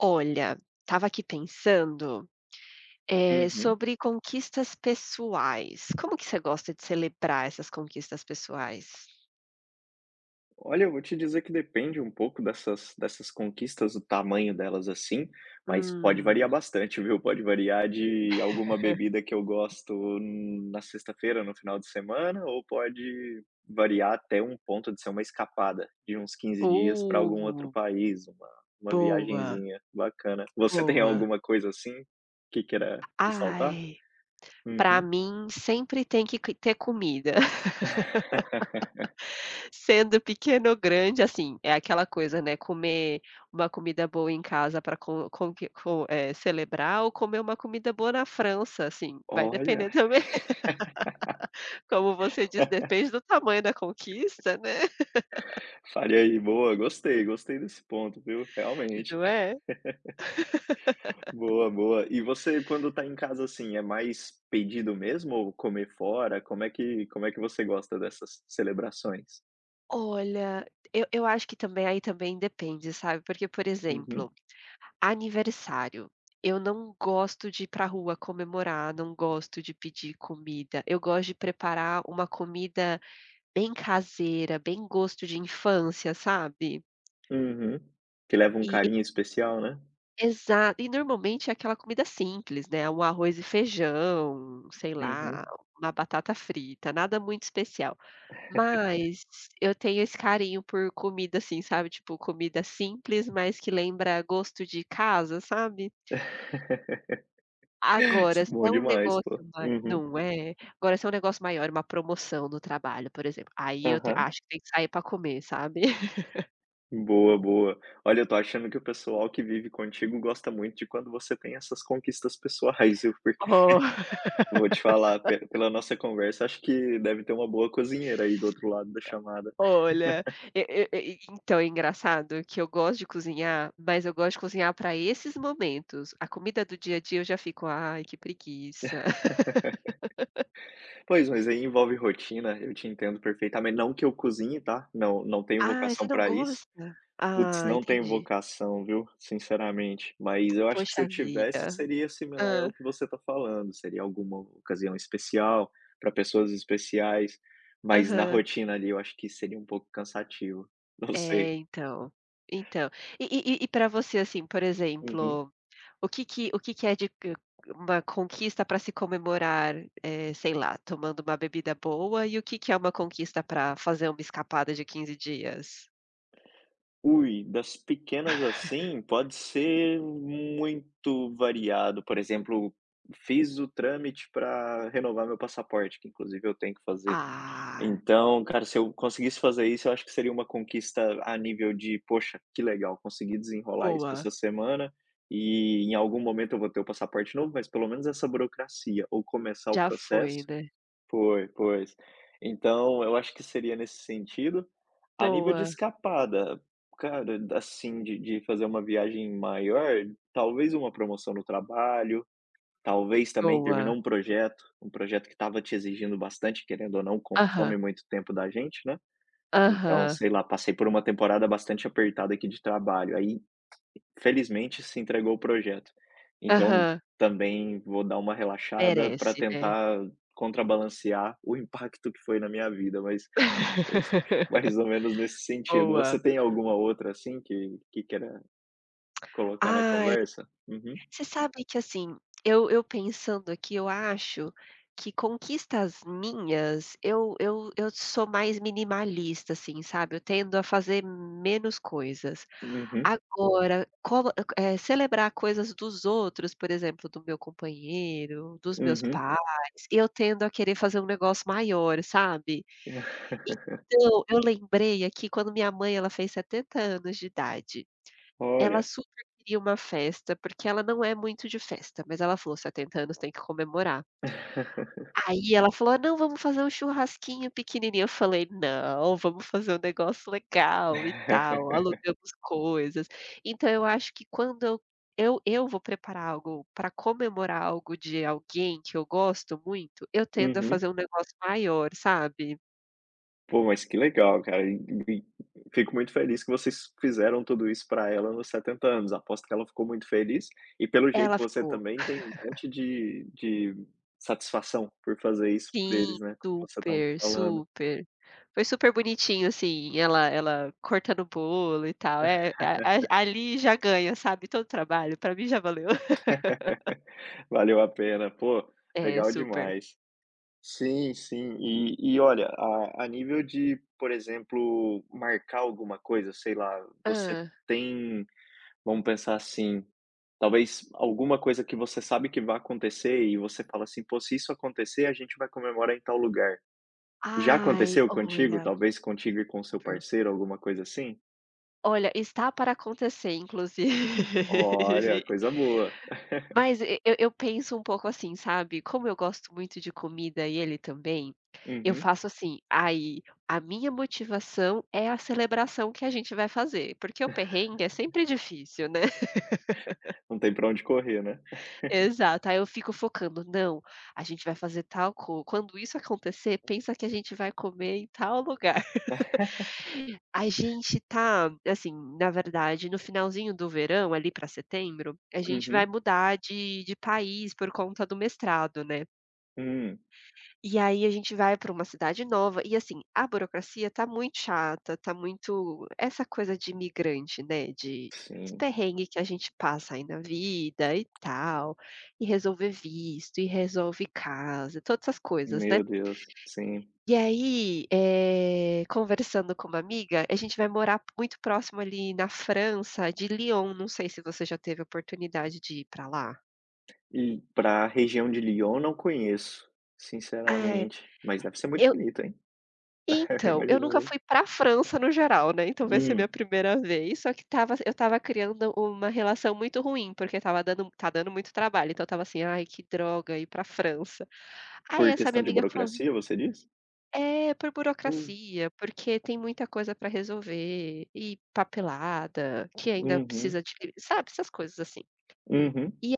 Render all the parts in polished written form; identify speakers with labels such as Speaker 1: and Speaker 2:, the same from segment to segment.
Speaker 1: Olha, estava aqui pensando,
Speaker 2: Uhum.
Speaker 1: sobre conquistas pessoais. Como que você gosta de celebrar essas conquistas pessoais?
Speaker 2: Olha, eu vou te dizer que depende um pouco dessas conquistas, o tamanho delas, assim, mas pode
Speaker 1: Hum.
Speaker 2: variar bastante, viu? Pode variar de alguma bebida que eu gosto na sexta-feira, no final de semana, ou pode variar até um ponto de ser uma escapada de uns 15 dias para algum outro
Speaker 1: Uh,
Speaker 2: país, uma
Speaker 1: Boa,
Speaker 2: viagenzinha bacana. Você tem
Speaker 1: boa.
Speaker 2: alguma coisa assim que queira ressaltar?
Speaker 1: Ai, para
Speaker 2: Uhum.
Speaker 1: mim sempre tem que ter comida, sendo pequeno ou grande, assim, é aquela coisa, né, comer uma comida boa em casa para celebrar ou comer uma comida boa na França, assim, vai
Speaker 2: Olha,
Speaker 1: depender também. Como você diz, depende do tamanho da conquista, né,
Speaker 2: faria aí, boa, gostei, gostei desse ponto, viu? Realmente.
Speaker 1: não é?
Speaker 2: Boa, boa. E você quando tá em casa, assim, é mais pedido mesmo ou comer fora? Como é que você gosta dessas celebrações?
Speaker 1: Olha, eu acho que também aí também depende, sabe, porque, por
Speaker 2: Uhum,
Speaker 1: exemplo, aniversário, eu não gosto de ir pra rua comemorar, não gosto de pedir comida, eu gosto de preparar uma comida bem caseira, bem gosto de infância, sabe?
Speaker 2: uhum. Que leva um
Speaker 1: E
Speaker 2: carinho especial, né?
Speaker 1: exato, e normalmente é aquela comida simples, né, um arroz e feijão, sei
Speaker 2: Uhum.
Speaker 1: lá, uma batata frita, nada muito especial. Mas eu tenho esse carinho por comida, assim, sabe, tipo comida simples, mas que lembra gosto de casa, sabe.
Speaker 2: Isso
Speaker 1: Agora,
Speaker 2: é
Speaker 1: se
Speaker 2: bom
Speaker 1: é um
Speaker 2: demais, pô.
Speaker 1: negócio ma
Speaker 2: Uhum.
Speaker 1: não é? Agora se é um negócio maior, uma promoção no trabalho, por exemplo, aí eu te
Speaker 2: Aham.
Speaker 1: acho que tem que sair pra comer, sabe.
Speaker 2: Boa, boa. Olha, eu tô achando que o pessoal que vive contigo gosta muito de quando você tem essas conquistas pessoais, viu, porque vou te falar, pe pela nossa conversa, acho que deve ter uma boa cozinheira aí do outro lado da chamada.
Speaker 1: Oh, olha, e e então é engraçado que eu gosto de cozinhar, mas eu gosto de cozinhar para esses momentos. A comida do dia a dia eu já fico: "Ai, que preguiça".
Speaker 2: Pois, mas aí envolve rotina, eu te entendo perfeitamente. Não que eu cozinhe, tá, não tenho
Speaker 1: Ah, você
Speaker 2: vocação
Speaker 1: não
Speaker 2: para isso.
Speaker 1: gosta?".
Speaker 2: Putz,
Speaker 1: Ah,
Speaker 2: não tenho
Speaker 1: entendi.
Speaker 2: vocação, viu, sinceramente. Mas eu acho que se
Speaker 1: Poxa
Speaker 2: eu
Speaker 1: vida.
Speaker 2: tivesse, seria similar
Speaker 1: Hã.
Speaker 2: ao que você está falando, seria alguma ocasião especial, para pessoas especiais, mas na
Speaker 1: Aham.
Speaker 2: rotina ali eu acho que seria um pouco cansativo, não sei.
Speaker 1: É, então. Então, e e pra você, assim, por
Speaker 2: Uhum.
Speaker 1: exemplo, o que que é de q uma conquista pra se comemorar, sei lá, tomando uma bebida boa, e o que que é uma conquista pra fazer uma escapada de 15 dias?
Speaker 2: Ui, das pequenas assim, pode ser muito variado. Por exemplo, fiz o trâmite para renovar meu passaporte, que inclusive eu tenho que fazer.
Speaker 1: Ah,
Speaker 2: Então, cara, se eu conseguisse fazer isso, eu acho que seria uma conquista a nível de: "Poxa, que legal, consegui desenrolar isso
Speaker 1: boa.
Speaker 2: essa semana e em algum momento eu vou ter o passaporte novo, mas pelo menos essa burocracia ou começar o
Speaker 1: Já foi,
Speaker 2: processo,
Speaker 1: né.
Speaker 2: foi, pois". Então, eu acho que seria nesse sentido. A nível de
Speaker 1: Boa,
Speaker 2: escapada, cara, assim, de fazer uma viagem maior, talvez uma promoção no trabalho, talvez também terminar
Speaker 1: boa.
Speaker 2: um projeto que estava te exigindo bastante, querendo ou não,
Speaker 1: Aham,
Speaker 2: consome muito tempo da gente, né. Então,
Speaker 1: aham,
Speaker 2: sei lá, passei por uma temporada bastante apertada aqui de trabalho, aí felizmente se entregou o projeto. Então,
Speaker 1: aham.
Speaker 2: também vou dar uma relaxada para
Speaker 1: Merece, né.
Speaker 2: tentar contrabalancear o impacto que foi na minha vida, mas mais ou menos nesse sentido.
Speaker 1: Boa.
Speaker 2: Você tem alguma outra, assim, que queira colocar na
Speaker 1: Ai,
Speaker 2: conversa? Uhum.
Speaker 1: você sabe que, assim, eu pensando aqui, eu acho que conquistas minhas, eu sou mais minimalista, assim, sabe, eu tendo a fazer menos coisas.
Speaker 2: Uhum.
Speaker 1: Agora, como celebrar coisas dos outros, por exemplo, do meu companheiro, dos meus
Speaker 2: Uhum.
Speaker 1: pais, eu tendo a querer fazer um negócio maior, sabe. Então, eu lembrei aqui quando minha mãe, ela fez 70 anos de idade. Ela
Speaker 2: Olha.
Speaker 1: super queria uma festa, porque ela não é muito de festa, mas ela falou: "70 anos tem que comemorar". Aí ela falou: "Ah, "Não, vamos fazer um churrasquinho pequenininho". Eu falei: "Não, vamos fazer um negócio legal e tal", alugamos coisas. Então eu acho que quando eu vou preparar algo para comemorar algo de alguém que eu gosto muito, eu tendo a
Speaker 2: Uhum.
Speaker 1: fazer um negócio maior, sabe.
Speaker 2: Pô, mas que legal, cara. E fico muito feliz que vocês fizeram tudo isso para ela nos 70 anos. Aposto que ela ficou muito feliz e, pelo jeito,
Speaker 1: Ela
Speaker 2: você
Speaker 1: ficou.
Speaker 2: também tem um monte de satisfação por fazer isso por
Speaker 1: Sim,
Speaker 2: eles, né, como você estava
Speaker 1: super,
Speaker 2: falando.
Speaker 1: super. Foi super bonitinho, assim, ela cortando o bolo e tal, é, a ali já ganha, sabe, todo o trabalho, pra mim já valeu.
Speaker 2: Valeu a pena. Pô,
Speaker 1: É,
Speaker 2: legal
Speaker 1: super.
Speaker 2: demais. Sim, sim. E olha, a nível de, por exemplo, marcar alguma coisa, sei lá, você
Speaker 1: Hã.
Speaker 2: tem. Vamos pensar assim, talvez alguma coisa que você sabe que vai acontecer e você fala assim: "Pô, se isso acontecer, a gente vai comemorar em tal lugar". Já
Speaker 1: Ai,
Speaker 2: aconteceu contigo?
Speaker 1: olha,
Speaker 2: Talvez contigo e com seu
Speaker 1: super.
Speaker 2: parceiro, alguma coisa assim?
Speaker 1: Olha, está para acontecer inclusive.
Speaker 2: Olha, coisa boa.
Speaker 1: Mas e eu penso um pouco assim, sabe, como eu gosto muito de comida e ele também, eu
Speaker 2: Uhum.
Speaker 1: faço assim, aí a minha motivação é a celebração que a gente vai fazer, porque o perrengue é sempre difícil, né.
Speaker 2: Não tem pra onde correr, né.
Speaker 1: Exato, aí eu fico focando: "Não, a gente vai fazer tal co quando isso acontecer, pensa que a gente vai comer em tal lugar". A gente tá, assim, na verdade, no finalzinho do verão, ali para setembro, a gente vai
Speaker 2: Uhum.
Speaker 1: mudar de país por conta do mestrado, né.
Speaker 2: Hum.
Speaker 1: E aí a gente vai para uma cidade nova e, assim, a burocracia tá muito chata, tá muito essa coisa de imigrante, né, de os
Speaker 2: Sim.
Speaker 1: perrengue que a gente passa aí na vida e tal, e resolver visto, e resolve casa, todas essas coisas, né.
Speaker 2: Meu Deus, sim.
Speaker 1: E aí, conversando com uma amiga, a gente vai morar muito próximo ali na França de Lyon, não sei se você já teve a oportunidade de ir para lá.
Speaker 2: E pra região de Lyon, não conheço, sinceramente, mas deve ser muito
Speaker 1: É,
Speaker 2: bonito, hein.
Speaker 1: então, eu
Speaker 2: Imagino
Speaker 1: nunca
Speaker 2: eu.
Speaker 1: fui para a França no geral, né, então vai ser minha
Speaker 2: Hum.
Speaker 1: primeira vez, só que estava eu estava criando uma relação muito ruim, porque estava dando tá dando muito trabalho, então eu estava assim: "Ai, que droga ir para a França". Aí
Speaker 2: Por
Speaker 1: essa minha
Speaker 2: questão de
Speaker 1: amiga falou.
Speaker 2: burocracia, você diz?
Speaker 1: É, por
Speaker 2: Uh.
Speaker 1: burocracia, porque tem muita coisa para resolver, e papelada, que ainda precisa
Speaker 2: Uhum,
Speaker 1: de sabe, essas coisas assim.
Speaker 2: uhum.
Speaker 1: E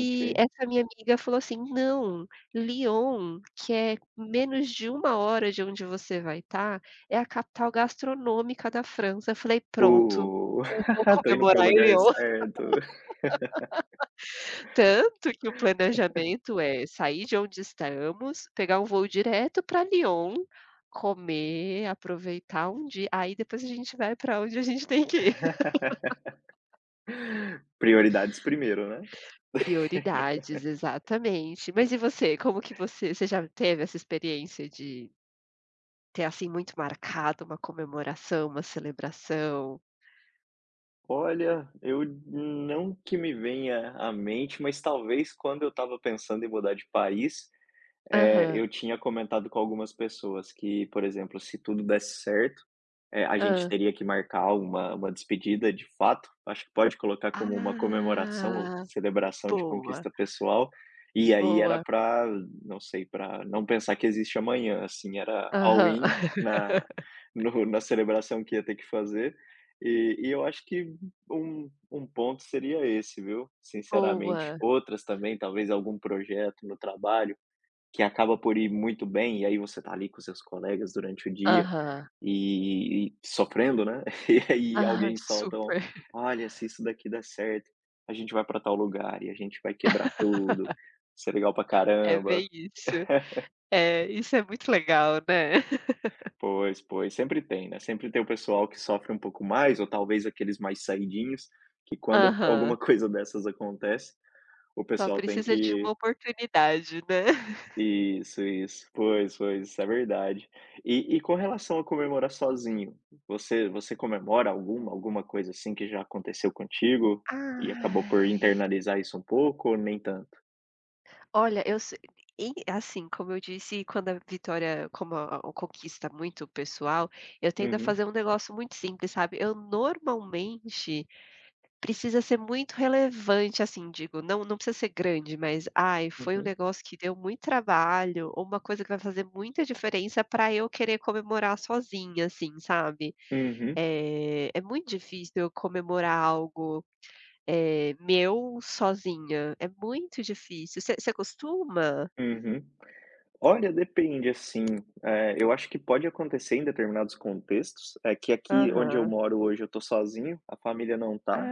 Speaker 2: Ok.
Speaker 1: essa minha amiga falou assim: "Não, Lyon, que é menos de uma hora de onde você vai estar, é a capital gastronômica da França". Eu falei: "Pronto,
Speaker 2: O
Speaker 1: eu vou
Speaker 2: tô indo para o
Speaker 1: comemorar em
Speaker 2: lugar
Speaker 1: Lyon".
Speaker 2: certo.
Speaker 1: Tanto que o planejamento é sair de onde estamos, pegar um voo direto para Lyon, comer, aproveitar um dia, aí depois a gente vai para onde a gente tem que ir.
Speaker 2: Prioridades primeiro, né.
Speaker 1: Prioridades, exatamente. Mas e você, como que você já teve essa experiência de ter, assim, muito marcado uma comemoração, uma celebração.
Speaker 2: Olha, eu não que me venha à mente, mas talvez quando eu estava pensando em mudar de país,
Speaker 1: Aham.
Speaker 2: eu tinha comentado com algumas pessoas que, por exemplo, se tudo desse certo, a gente
Speaker 1: Hã.
Speaker 2: teria que marcar uma despedida de fato, acho que pode colocar como uma comemoração ou
Speaker 1: Ah,
Speaker 2: celebração de
Speaker 1: boa,
Speaker 2: conquista pessoal, e aí era
Speaker 1: boa.
Speaker 2: para, não sei, para não pensar que existe amanhã, assim, era all
Speaker 1: Aham.
Speaker 2: in na no na celebração que ia ter que fazer, e eu acho que um ponto seria esse, viu, sinceramente.
Speaker 1: Boa.
Speaker 2: Outras também, talvez algum projeto no trabalho, que acaba por ir muito bem, e aí você tá ali com seus colegas durante o dia
Speaker 1: Aham.
Speaker 2: e sofrendo, né, e aí
Speaker 1: Aham,
Speaker 2: alguém solta um:
Speaker 1: super.
Speaker 2: "Olha, se isso daqui der certo, a gente vai pra tal lugar e a gente vai quebrar tudo, isso é legal pra
Speaker 1: É
Speaker 2: caramba".
Speaker 1: bem isso. É, isso é muito legal, né.
Speaker 2: Pois, pois, sempre tem, né, sempre tem o pessoal que sofre um pouco mais ou talvez aqueles mais saidinhos, que quando
Speaker 1: Aham.
Speaker 2: alguma coisa dessas acontece, o
Speaker 1: Só
Speaker 2: pessoal tem
Speaker 1: precisa de uma
Speaker 2: que.
Speaker 1: oportunidade, né.
Speaker 2: Isso, isso. Pois, pois, isso é verdade. E com relação a comemorar sozinho, você comemora alguma coisa, assim, que já aconteceu contigo e acabou por
Speaker 1: Ai.
Speaker 2: internalizar isso um pouco ou nem tanto?
Speaker 1: Olha, eu se e assim, como eu disse, quando a vitória como a conquista muito pessoal, eu tendo a fazer
Speaker 2: Uhum,
Speaker 1: um negócio muito simples, sabe. Eu normalmente precisa ser muito relevante, assim, digo, não precisa ser grande, mas, ai, foi um
Speaker 2: uhum,
Speaker 1: negócio que deu muito trabalho ou uma coisa que vai fazer muita diferença para eu querer comemorar sozinha, assim, sabe.
Speaker 2: uhum,
Speaker 1: É muito difícil eu comemorar algo, eh, meu sozinha, é muito difícil. Você costuma?
Speaker 2: uhum. Olha, depende, assim, eu acho que pode acontecer em determinados contextos, é que aqui onde eu
Speaker 1: Aham.
Speaker 2: moro hoje eu tô sozinho, a família não tá,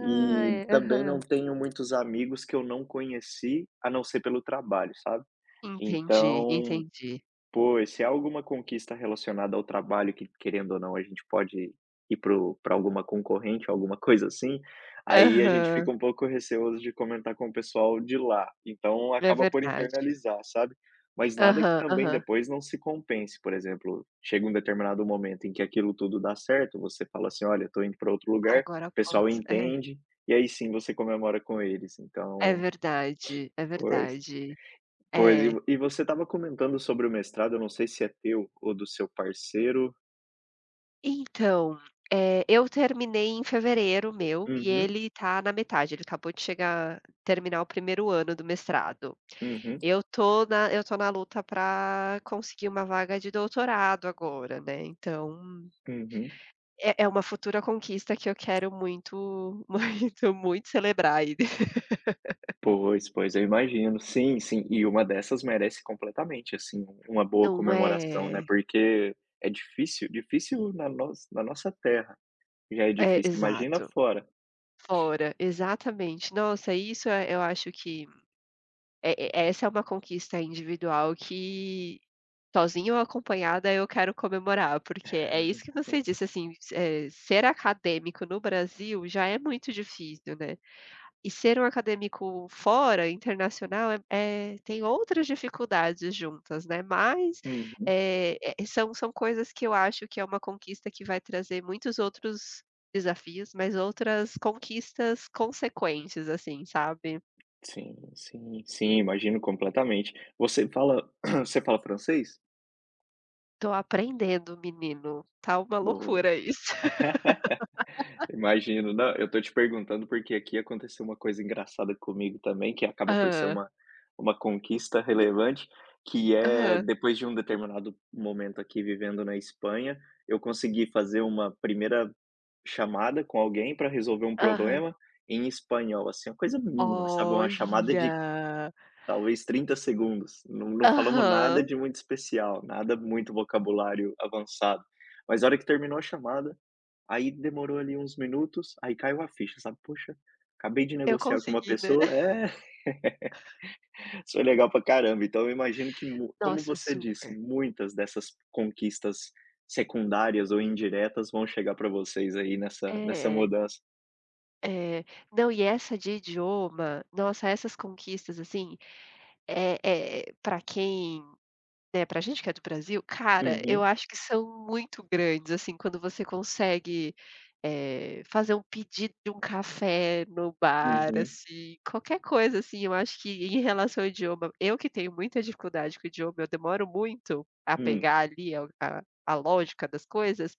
Speaker 2: e também não
Speaker 1: aham.
Speaker 2: tenho muitos amigos que eu não conheci, a não ser pelo trabalho, sabe.
Speaker 1: Entendi,
Speaker 2: Então,
Speaker 1: entendi.
Speaker 2: pô, se há alguma conquista relacionada ao trabalho que, querendo ou não, a gente pode ir para pra alguma concorrente, alguma coisa assim, aí a gente
Speaker 1: Aham,
Speaker 2: fica um pouco receoso de comentar com o pessoal de lá, então
Speaker 1: é
Speaker 2: acaba por
Speaker 1: verdade.
Speaker 2: internalizar, sabe. Mas nada que
Speaker 1: Aham,
Speaker 2: também
Speaker 1: aham.
Speaker 2: depois não se compense, por exemplo, chega um determinado momento em que aquilo tudo dá certo, você fala assim: "Olha, estou indo para outro lugar",
Speaker 1: Agora
Speaker 2: o pessoal
Speaker 1: posso. É,
Speaker 2: entende, e aí sim você comemora com eles,
Speaker 1: é
Speaker 2: então,
Speaker 1: verdade, é
Speaker 2: pô é.
Speaker 1: verdade.
Speaker 2: Pois, e
Speaker 1: É.
Speaker 2: vo e você estava comentando sobre o mestrado, eu não sei se é teu ou do seu parceiro.
Speaker 1: Então, eu terminei em fevereiro o meu, e
Speaker 2: Uhum,
Speaker 1: ele tá na metade, ele acabou de chegar terminar o primeiro ano do mestrado.
Speaker 2: uhum,
Speaker 1: Eu tô na luta pra conseguir uma vaga de doutorado agora, né, então
Speaker 2: uhum.
Speaker 1: É uma futura conquista que eu quero muito, muito, muito celebrar aí.
Speaker 2: Pois, pois, eu imagino. Sim, sim, e uma dessas merece completamente, assim, uma boa
Speaker 1: Não
Speaker 2: comemoração, né,
Speaker 1: é?
Speaker 2: porque é difícil na nossa terra, já é
Speaker 1: É,
Speaker 2: difícil, imagina
Speaker 1: exato.
Speaker 2: fora.
Speaker 1: Fora, exatamente. Nossa, eu acho que é essa é uma conquista individual que, sozinha ou acompanhada, eu quero comemorar, porque é isso que você disse, assim, ser acadêmico no Brasil já é muito difícil, né. E ser um acadêmico fora, internacional, tem outras dificuldades juntas, né, mas,
Speaker 2: Uhum.
Speaker 1: são coisas que eu acho que é uma conquista que vai trazer muitos outros desafios, mas outras conquistas consequentes, assim, sabe.
Speaker 2: Sim, sim, sim, imagino completamente. Você fala você fala francês?
Speaker 1: Tô aprendendo, menino, tá uma
Speaker 2: Ou.
Speaker 1: loucura isso.
Speaker 2: Imagino. Não, eu tô te perguntando porque aqui aconteceu uma coisa engraçada comigo também, que acaba por ser
Speaker 1: Hã.
Speaker 2: uma conquista relevante, que é
Speaker 1: Aham.
Speaker 2: depois de um determinado momento aqui vivendo na Espanha, eu consegui fazer uma primeira chamada com alguém para resolver um
Speaker 1: Aham.
Speaker 2: problema em espanhol, assim, uma coisa mínima, sabe, uma chamada de
Speaker 1: Olha!
Speaker 2: talvez 30 segundos. Não falamos nada
Speaker 1: Aham.
Speaker 2: de muito especial, nada muito vocabulário avançado. Mas a hora que terminou a chamada, aí demorou ali uns minutos, aí caiu a ficha, sabe, "Poxa, acabei de
Speaker 1: Eu
Speaker 2: negociar com uma
Speaker 1: consegui, né.
Speaker 2: pessoa" é, isso foi legal pra caramba. Então eu imagino que mu como
Speaker 1: Nossa,
Speaker 2: você disse,
Speaker 1: super.
Speaker 2: muitas dessas conquistas secundárias ou indiretas vão chegar pra vocês aí nessa
Speaker 1: É.
Speaker 2: mudança.
Speaker 1: É. Não, e essa de idioma, nossa, essas conquistas, assim, pra quem né, pra gente que é do Brasil, cara, eu
Speaker 2: Uhum,
Speaker 1: acho que são muito grandes, assim, quando você consegue, fazer um pedido de um café no bar,
Speaker 2: uhum,
Speaker 1: assim, qualquer coisa, assim, eu acho que em relação ao idioma eu que tenho muita dificuldade com o idioma, eu demoro muito a
Speaker 2: hum.
Speaker 1: pegar ali a lógica das coisas,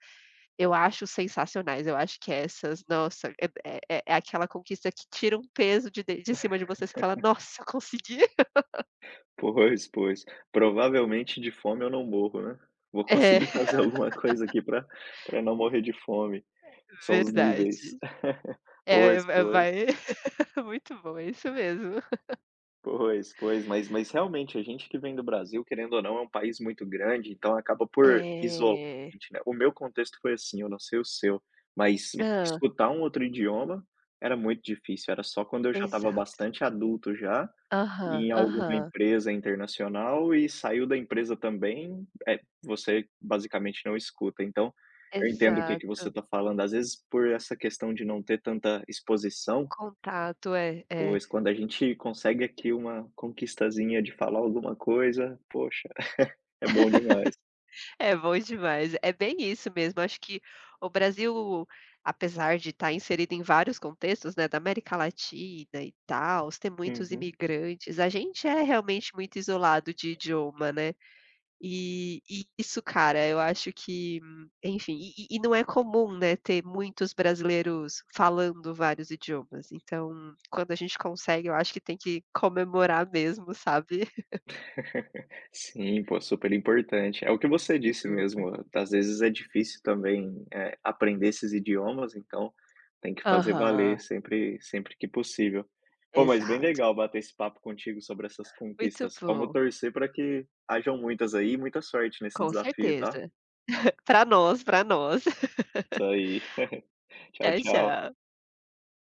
Speaker 1: eu acho sensacionais, eu acho que é essas, nossa, é aquela conquista que tira um peso de cima de você, você fala: "Nossa, eu consegui".
Speaker 2: Pois, pois. Provavelmente de fome eu não morro, né. Vou
Speaker 1: É,
Speaker 2: conseguir fazer alguma coisa aqui pra para não morrer de fome. São os níveis.
Speaker 1: verdade. É,
Speaker 2: Pois,
Speaker 1: va
Speaker 2: pois.
Speaker 1: vai muito bom, é isso mesmo.
Speaker 2: Pois, pois, mas realmente a gente que vem do Brasil, querendo ou não, é um país muito grande, então acaba por isolar a
Speaker 1: É.
Speaker 2: gente, né. O meu contexto foi assim, eu não sei o seu, mas
Speaker 1: Hã,
Speaker 2: escutar um outro idioma era muito difícil, era só quando eu já estava
Speaker 1: exato.
Speaker 2: bastante adulto já,
Speaker 1: Aham,
Speaker 2: em alguma
Speaker 1: aham,
Speaker 2: empresa internacional e saiu da empresa também, é, você basicamente não escuta. Então, eu entendo o que você
Speaker 1: exato.
Speaker 2: está falando, às vezes por essa questão de não ter tanta exposição.
Speaker 1: Contato, é, é.
Speaker 2: Pois, quando a gente consegue aqui uma conquistazinha de falar alguma coisa, poxa, é bom demais.
Speaker 1: É bom demais. É bem isso mesmo. Acho que o Brasil, apesar de estar inserido em vários contextos, né, da América Latina e tal, ter muitos
Speaker 2: Uhum.
Speaker 1: imigrantes, a gente é realmente muito isolado de idioma, né. E isso, cara, eu acho que, enfim, e não é comum, né, ter muitos brasileiros falando vários idiomas. Então, quando a gente consegue, eu acho que tem que comemorar mesmo, sabe.
Speaker 2: Sim, pô, super importante. É o que você disse
Speaker 1: Super.
Speaker 2: mesmo, às vezes é difícil também, aprender esses idiomas, então tem que fazer
Speaker 1: Aham,
Speaker 2: valer sempre que possível. Pô, mas bem
Speaker 1: exato.
Speaker 2: legal bater esse papo contigo sobre essas
Speaker 1: Muito
Speaker 2: conquistas. Vamos
Speaker 1: bom.
Speaker 2: torcer para que hajam muitas aí e muita sorte nesse
Speaker 1: Com
Speaker 2: desafio, tá?
Speaker 1: certeza. Pra nós, pra nós.
Speaker 2: Isso aí. Tchau,
Speaker 1: Tchau,
Speaker 2: tchau.
Speaker 1: tchau.